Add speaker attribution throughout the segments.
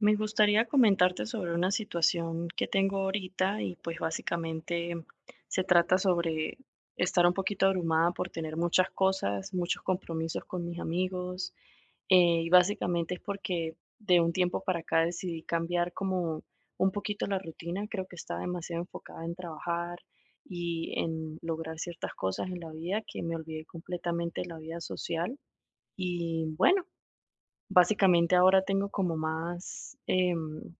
Speaker 1: Me gustaría comentarte sobre una situación que tengo ahorita y pues básicamente se trata sobre estar un poquito abrumada por tener muchas cosas, muchos compromisos con mis amigos, y básicamente es porque de un tiempo para acá decidí cambiar como un poquito la rutina. Creo que estaba demasiado enfocada en trabajar y en lograr ciertas cosas en la vida que me olvidé completamente de la vida social. Y bueno, básicamente ahora tengo como más,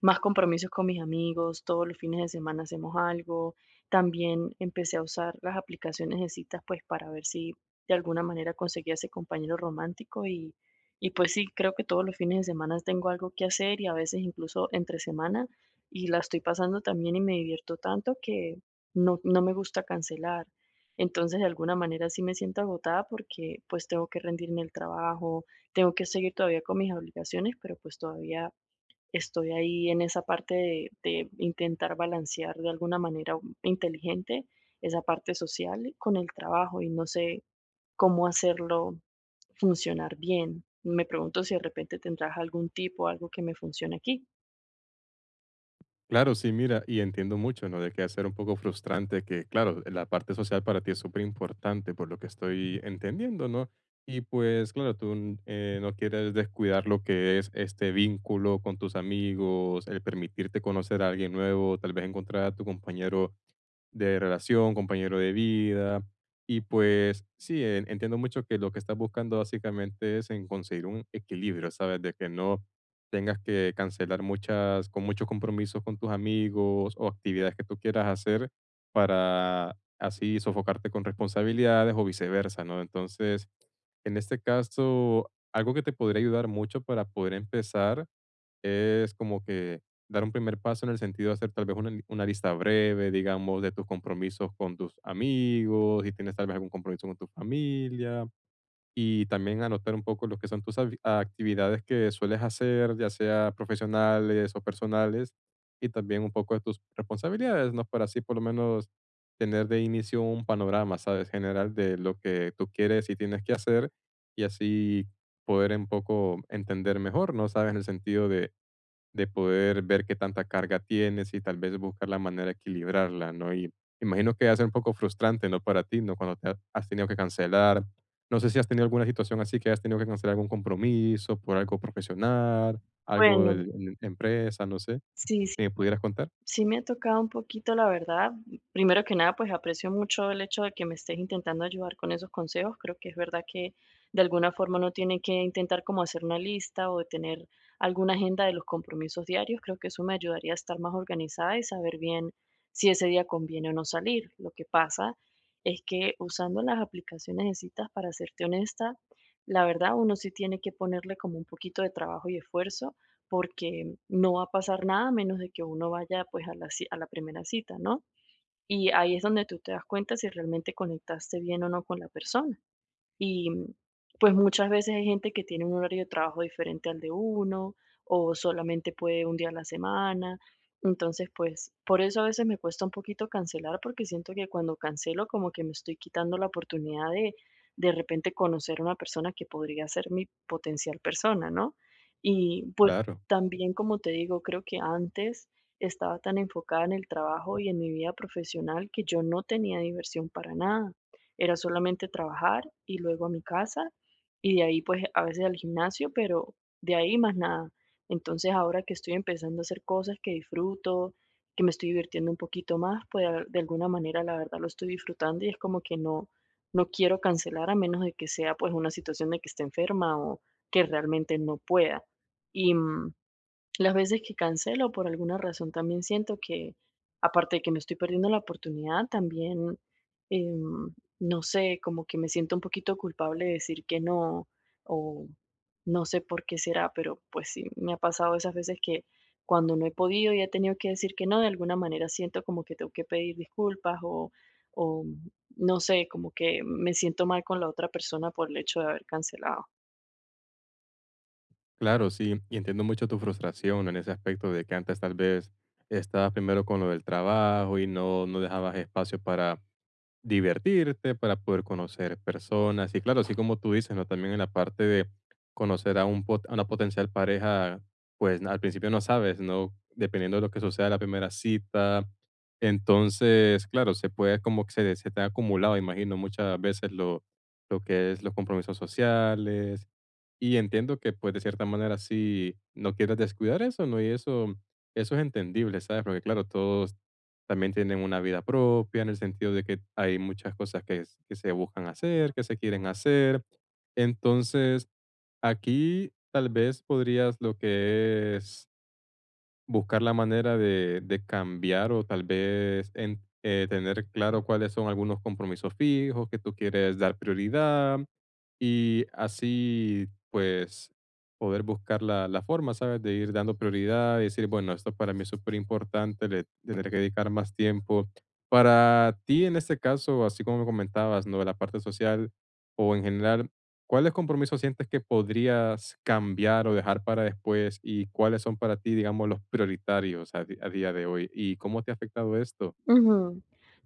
Speaker 1: más compromisos con mis amigos, todos los fines de semana hacemos algo. También empecé a usar las aplicaciones de citas, pues para ver si de alguna manera conseguía ese compañero romántico y pues sí, creo que todos los fines de semana tengo algo que hacer y a veces incluso entre semana y la estoy pasando también y me divierto tanto que no, no me gusta cancelar. Entonces, de alguna manera sí me siento agotada porque pues tengo que rendir en el trabajo, tengo que seguir todavía con mis obligaciones, pero pues todavía estoy ahí en esa parte de intentar balancear de alguna manera inteligente esa parte social con el trabajo y no sé cómo hacerlo funcionar bien. Me pregunto si de repente tendrás algún tipo algo que me funcione aquí.
Speaker 2: Claro, sí, mira, y entiendo mucho, ¿no? De que hacer un poco frustrante, que claro, la parte social para ti es súper importante, por lo que estoy entendiendo, ¿no? Y pues, claro, tú no quieres descuidar lo que es este vínculo con tus amigos, el permitirte conocer a alguien nuevo, tal vez encontrar a tu compañero de relación, compañero de vida. Y pues sí, entiendo mucho que lo que estás buscando básicamente es en conseguir un equilibrio, ¿sabes? De que no tengas que cancelar muchas, con muchos compromisos con tus amigos o actividades que tú quieras hacer para así sofocarte con responsabilidades o viceversa, ¿no? Entonces, en este caso, algo que te podría ayudar mucho para poder empezar es como que dar un primer paso en el sentido de hacer tal vez una, una lista breve, digamos, de tus compromisos con tus amigos, si tienes tal vez algún compromiso con tu familia, y también anotar un poco lo que son tus actividades que sueles hacer, ya sea profesionales o personales, y también un poco de tus responsabilidades, ¿no? Para así por lo menos tener de inicio un panorama, ¿sabes? General de lo que tú quieres y tienes que hacer, y así poder un poco entender mejor, ¿no? ¿Sabes? En el sentido de poder ver qué tanta carga tienes y tal vez buscar la manera de equilibrarla, ¿no? Y imagino que va a ser un poco frustrante, ¿no? Para ti, ¿no? Cuando has tenido que cancelar. No sé si has tenido alguna situación así que has tenido que cancelar algún compromiso por algo profesional, algo
Speaker 1: Bueno,
Speaker 2: de empresa, no sé.
Speaker 1: sí, sí.
Speaker 2: ¿Me pudieras contar?
Speaker 1: Sí me ha tocado un poquito, la verdad. Primero que nada, pues aprecio mucho el hecho de que me estés intentando ayudar con esos consejos. Creo que es verdad que de alguna forma uno tiene que intentar como hacer una lista o tener alguna agenda de los compromisos diarios. Creo que eso me ayudaría a estar más organizada y saber bien si ese día conviene o no salir. Lo que pasa es que usando las aplicaciones de citas, para serte honesta, la verdad uno sí tiene que ponerle como un poquito de trabajo y esfuerzo porque no va a pasar nada a menos de que uno vaya pues a la, a la primera cita, ¿no? Y ahí es donde tú te das cuenta si realmente conectaste bien o no con la persona. Y pues muchas veces hay gente que tiene un horario de trabajo diferente al de uno o solamente puede un día a la semana. Entonces, pues por eso a veces me cuesta un poquito cancelar porque siento que cuando cancelo como que me estoy quitando la oportunidad de repente conocer a una persona que podría ser mi potencial persona, ¿no? Y pues
Speaker 2: Claro,
Speaker 1: también, como te digo, creo que antes estaba tan enfocada en el trabajo y en mi vida profesional que yo no tenía diversión para nada. Era solamente trabajar y luego a mi casa y de ahí pues a veces al gimnasio, pero de ahí más nada. Entonces ahora que estoy empezando a hacer cosas que disfruto, que me estoy divirtiendo un poquito más, pues de alguna manera la verdad lo estoy disfrutando y es como que no, no quiero cancelar a menos de que sea pues una situación de que esté enferma o que realmente no pueda. Y, mm, las veces que cancelo, por alguna razón, también siento que, aparte de que me estoy perdiendo la oportunidad, también, em, no sé, como que me siento un poquito culpable de decir que no, o no sé por qué será, pero pues sí, me ha pasado esas veces que cuando no he podido y he tenido que decir que no, de alguna manera siento como que tengo que pedir disculpas o no sé, como que me siento mal con la otra persona por el hecho de haber cancelado.
Speaker 2: claro, sí. Y entiendo mucho tu frustración en ese aspecto de que antes tal vez estabas primero con lo del trabajo y no, no dejabas espacio para divertirte, para poder conocer personas. Y claro, así como tú dices, ¿no? También en la parte de conocer a, un, a una potencial pareja, pues al principio no sabes, ¿no? Dependiendo de lo que suceda en la primera cita. Entonces, claro, se puede como que se te ha acumulado, imagino, muchas veces lo que es los compromisos sociales, y entiendo que, pues, de cierta manera sí no quieras descuidar eso, ¿no? Y eso es entendible, ¿sabes? Porque, claro, todos también tienen una vida propia, en el sentido de que hay muchas cosas que se buscan hacer, que se quieren hacer. Entonces, aquí tal vez podrías lo que es buscar la manera de cambiar o tal vez en tener claro cuáles son algunos compromisos fijos que tú quieres dar prioridad, y así, pues, poder buscar la, la forma, ¿sabes? De ir dando prioridad y decir, bueno, esto para mí es súper importante, le tendré que dedicar más tiempo. Para ti, en este caso, así como me comentabas, ¿no? La parte social o en general, ¿cuáles compromisos sientes que podrías cambiar o dejar para después? ¿Y cuáles son para ti, digamos, los prioritarios a, a día de hoy? ¿Y cómo te ha afectado esto?
Speaker 1: Ujú.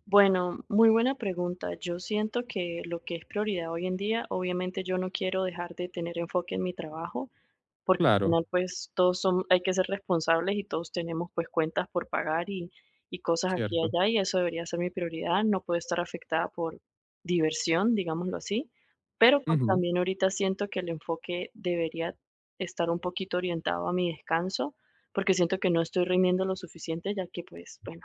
Speaker 1: Bueno, muy buena pregunta. Yo siento que lo que es prioridad hoy en día, obviamente yo no quiero dejar de tener enfoque en mi trabajo, porque al
Speaker 2: Claro,
Speaker 1: final pues todos son, hay que ser responsables y todos tenemos pues cuentas por pagar y cosas aquí
Speaker 2: cierto.
Speaker 1: y allá y eso debería ser mi prioridad. No puedo estar afectada por diversión, digámoslo así, pero pues
Speaker 2: Ujú.
Speaker 1: también ahorita siento que el enfoque debería estar un poquito orientado a mi descanso, porque siento que no estoy rindiendo lo suficiente, ya que pues, bueno,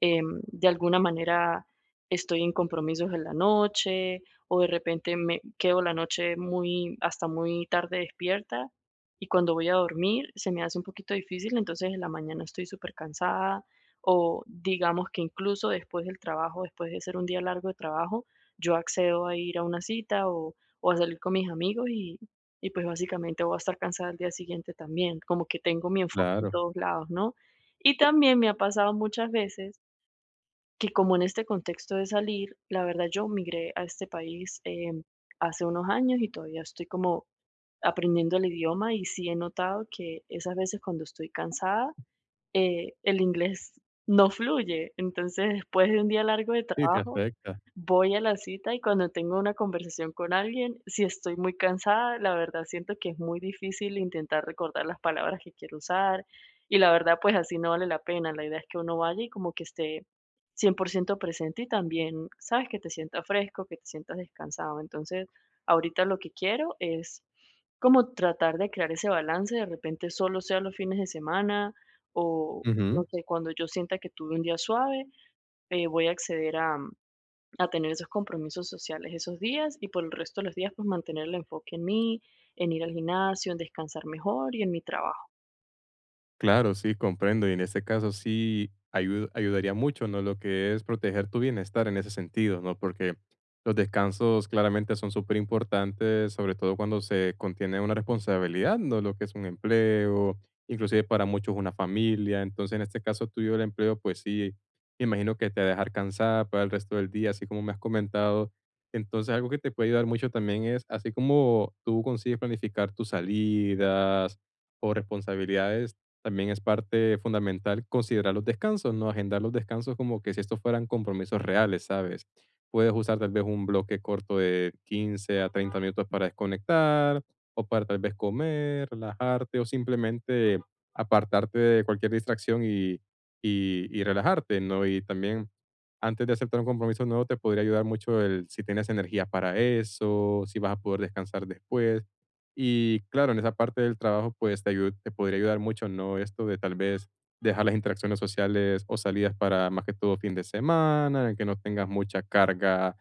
Speaker 1: de alguna manera estoy en compromisos en la noche o de repente me quedo la noche muy, hasta muy tarde despierta y cuando voy a dormir se me hace un poquito difícil, entonces en la mañana estoy súper cansada o digamos que incluso después del trabajo, después de ser un día largo de trabajo, yo accedo a ir a una cita o a salir con mis amigos, y pues básicamente voy a estar cansada el día siguiente también, como que tengo mi enfoque en
Speaker 2: Claro,
Speaker 1: todos lados, ¿no? Y también me ha pasado muchas veces que como en este contexto de salir, la verdad yo migré a este país hace unos años y todavía estoy como aprendiendo el idioma y sí he notado que esas veces cuando estoy cansada, el inglés no fluye. Entonces, después de un día largo de
Speaker 2: sí, te
Speaker 1: trabajo,
Speaker 2: afecta.
Speaker 1: voy a la cita y cuando tengo una conversación con alguien, si estoy muy cansada, la verdad siento que es muy difícil intentar recordar las palabras que quiero usar y la verdad pues así no vale la pena. La idea es que uno vaya y como que esté 100% presente y también, sabes, que te sientas fresco, que te sientas descansado. Entonces, ahorita lo que quiero es como tratar de crear ese balance, de repente solo sea los fines de semana o no sé, cuando yo sienta que tuve un día suave, voy a acceder a, a tener esos compromisos sociales esos días y por el resto de los días pues mantener el enfoque en mí, en ir al gimnasio, en descansar mejor y en mi trabajo.
Speaker 2: Claro, sí, comprendo. Y en este caso sí ayudaría mucho, ¿no? Lo que es proteger tu bienestar en ese sentido, ¿no? Porque los descansos claramente son súper importantes, sobre todo cuando se contiene una responsabilidad, ¿no? Lo que es un empleo, inclusive para muchos una familia. Entonces, en este caso tuyo el empleo, pues sí, me imagino que te va a dejar cansada para el resto del día, así como me has comentado. Entonces, algo que te puede ayudar mucho también es, así como tú consigues planificar tus salidas, o responsabilidades también es parte fundamental considerar los descansos, ¿no? Agendar los descansos como que si estos fueran compromisos reales, ¿sabes? Puedes usar tal vez un bloque corto de 15 a 30 minutos para desconectar o para tal vez comer, relajarte o simplemente apartarte de cualquier distracción y relajarte, ¿no? Y también antes de aceptar un compromiso nuevo te podría ayudar mucho el si tienes energía para eso, si vas a poder descansar después. Y claro, en esa parte del trabajo, pues te te podría ayudar mucho, ¿no? Esto de tal vez dejar las interacciones sociales o salidas para más que todo fin de semana, en el que no tengas mucha carga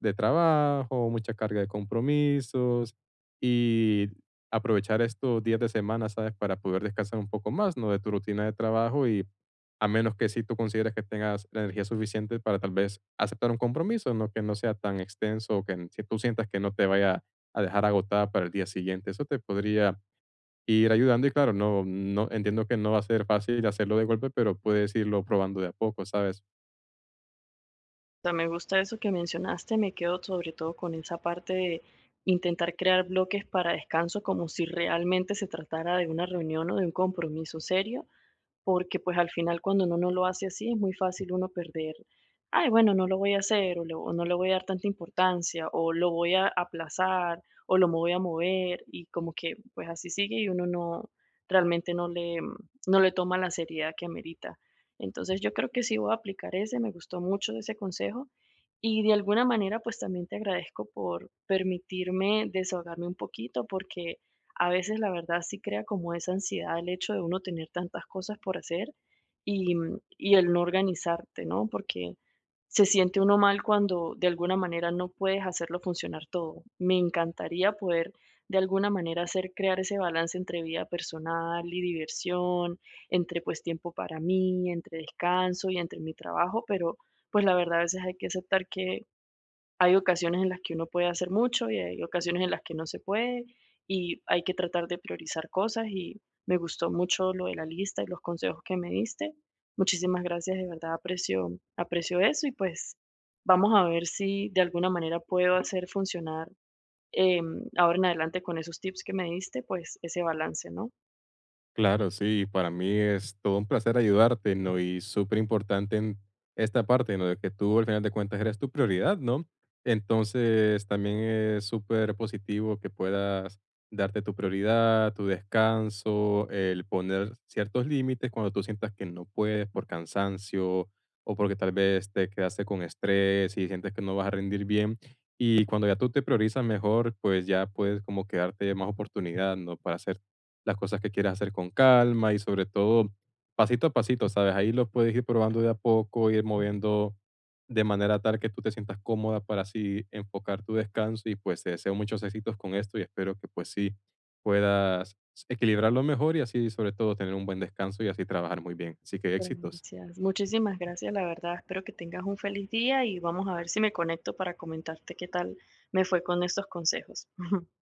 Speaker 2: de trabajo, mucha carga de compromisos y aprovechar estos días de semana, ¿sabes? Para poder descansar un poco más, ¿no? De tu rutina de trabajo y a menos que si tú consideras que tengas la energía suficiente para tal vez aceptar un compromiso, ¿no? Que no sea tan extenso o que si tú sientas que no te vaya a dejar agotada para el día siguiente. Eso te podría ir ayudando y claro, no, no entiendo que no va a ser fácil hacerlo de golpe, pero puedes irlo probando de a poco, ¿sabes?
Speaker 1: O sea, me gusta eso que mencionaste, me quedo sobre todo con esa parte de intentar crear bloques para descanso como si realmente se tratara de una reunión o de un compromiso serio porque pues al final cuando uno no lo hace así es muy fácil uno perder, ay, bueno, no lo voy a hacer o no le voy a dar tanta importancia o lo voy a aplazar o lo me voy a mover y como que pues así sigue y uno no realmente no no le toma la seriedad que amerita. Entonces yo creo que sí voy a aplicar ese, me gustó mucho ese consejo y de alguna manera pues también te agradezco por permitirme desahogarme un poquito porque a veces, la verdad, sí crea como esa ansiedad el hecho de uno tener tantas cosas por hacer y el no organizarte, ¿no? Porque se siente uno mal cuando de alguna manera no puedes hacerlo funcionar todo. Me encantaría poder de alguna manera hacer crear ese balance entre vida personal y diversión, entre pues tiempo para mí, entre descanso y entre mi trabajo, pero pues la verdad a veces hay que aceptar que hay ocasiones en las que uno puede hacer mucho y hay ocasiones en las que no se puede y hay que tratar de priorizar cosas y me gustó mucho lo de la lista y los consejos que me diste. Muchísimas gracias, de verdad aprecio, aprecio eso y pues vamos a ver si de alguna manera puedo hacer funcionar ahora en adelante con esos tips que me diste, pues ese balance, ¿no?
Speaker 2: Claro, sí, para mí es todo un placer ayudarte, ¿no? Y súper importante en esta parte, ¿no? De que tú al final de cuentas eres tu prioridad, ¿no? Entonces también es súper positivo que puedas darte tu prioridad, tu descanso, el poner ciertos límites cuando tú sientas que no puedes por cansancio o porque tal vez te quedaste con estrés y sientes que no vas a rendir bien. Y cuando ya tú te priorizas mejor, pues ya puedes como quedarte más oportunidad, ¿no? Para hacer las cosas que quieres hacer con calma y sobre todo pasito a pasito, ¿sabes? Ahí lo puedes ir probando de a poco, ir moviendo de manera tal que tú te sientas cómoda para así enfocar tu descanso y pues te deseo muchos éxitos con esto y espero que pues sí puedas equilibrarlo mejor y así sobre todo tener un buen descanso y así trabajar muy bien. Así que éxitos.
Speaker 1: Gracias. Muchísimas gracias, la verdad. Espero que tengas un feliz día y vamos a ver si me conecto para comentarte qué tal me fue con estos consejos.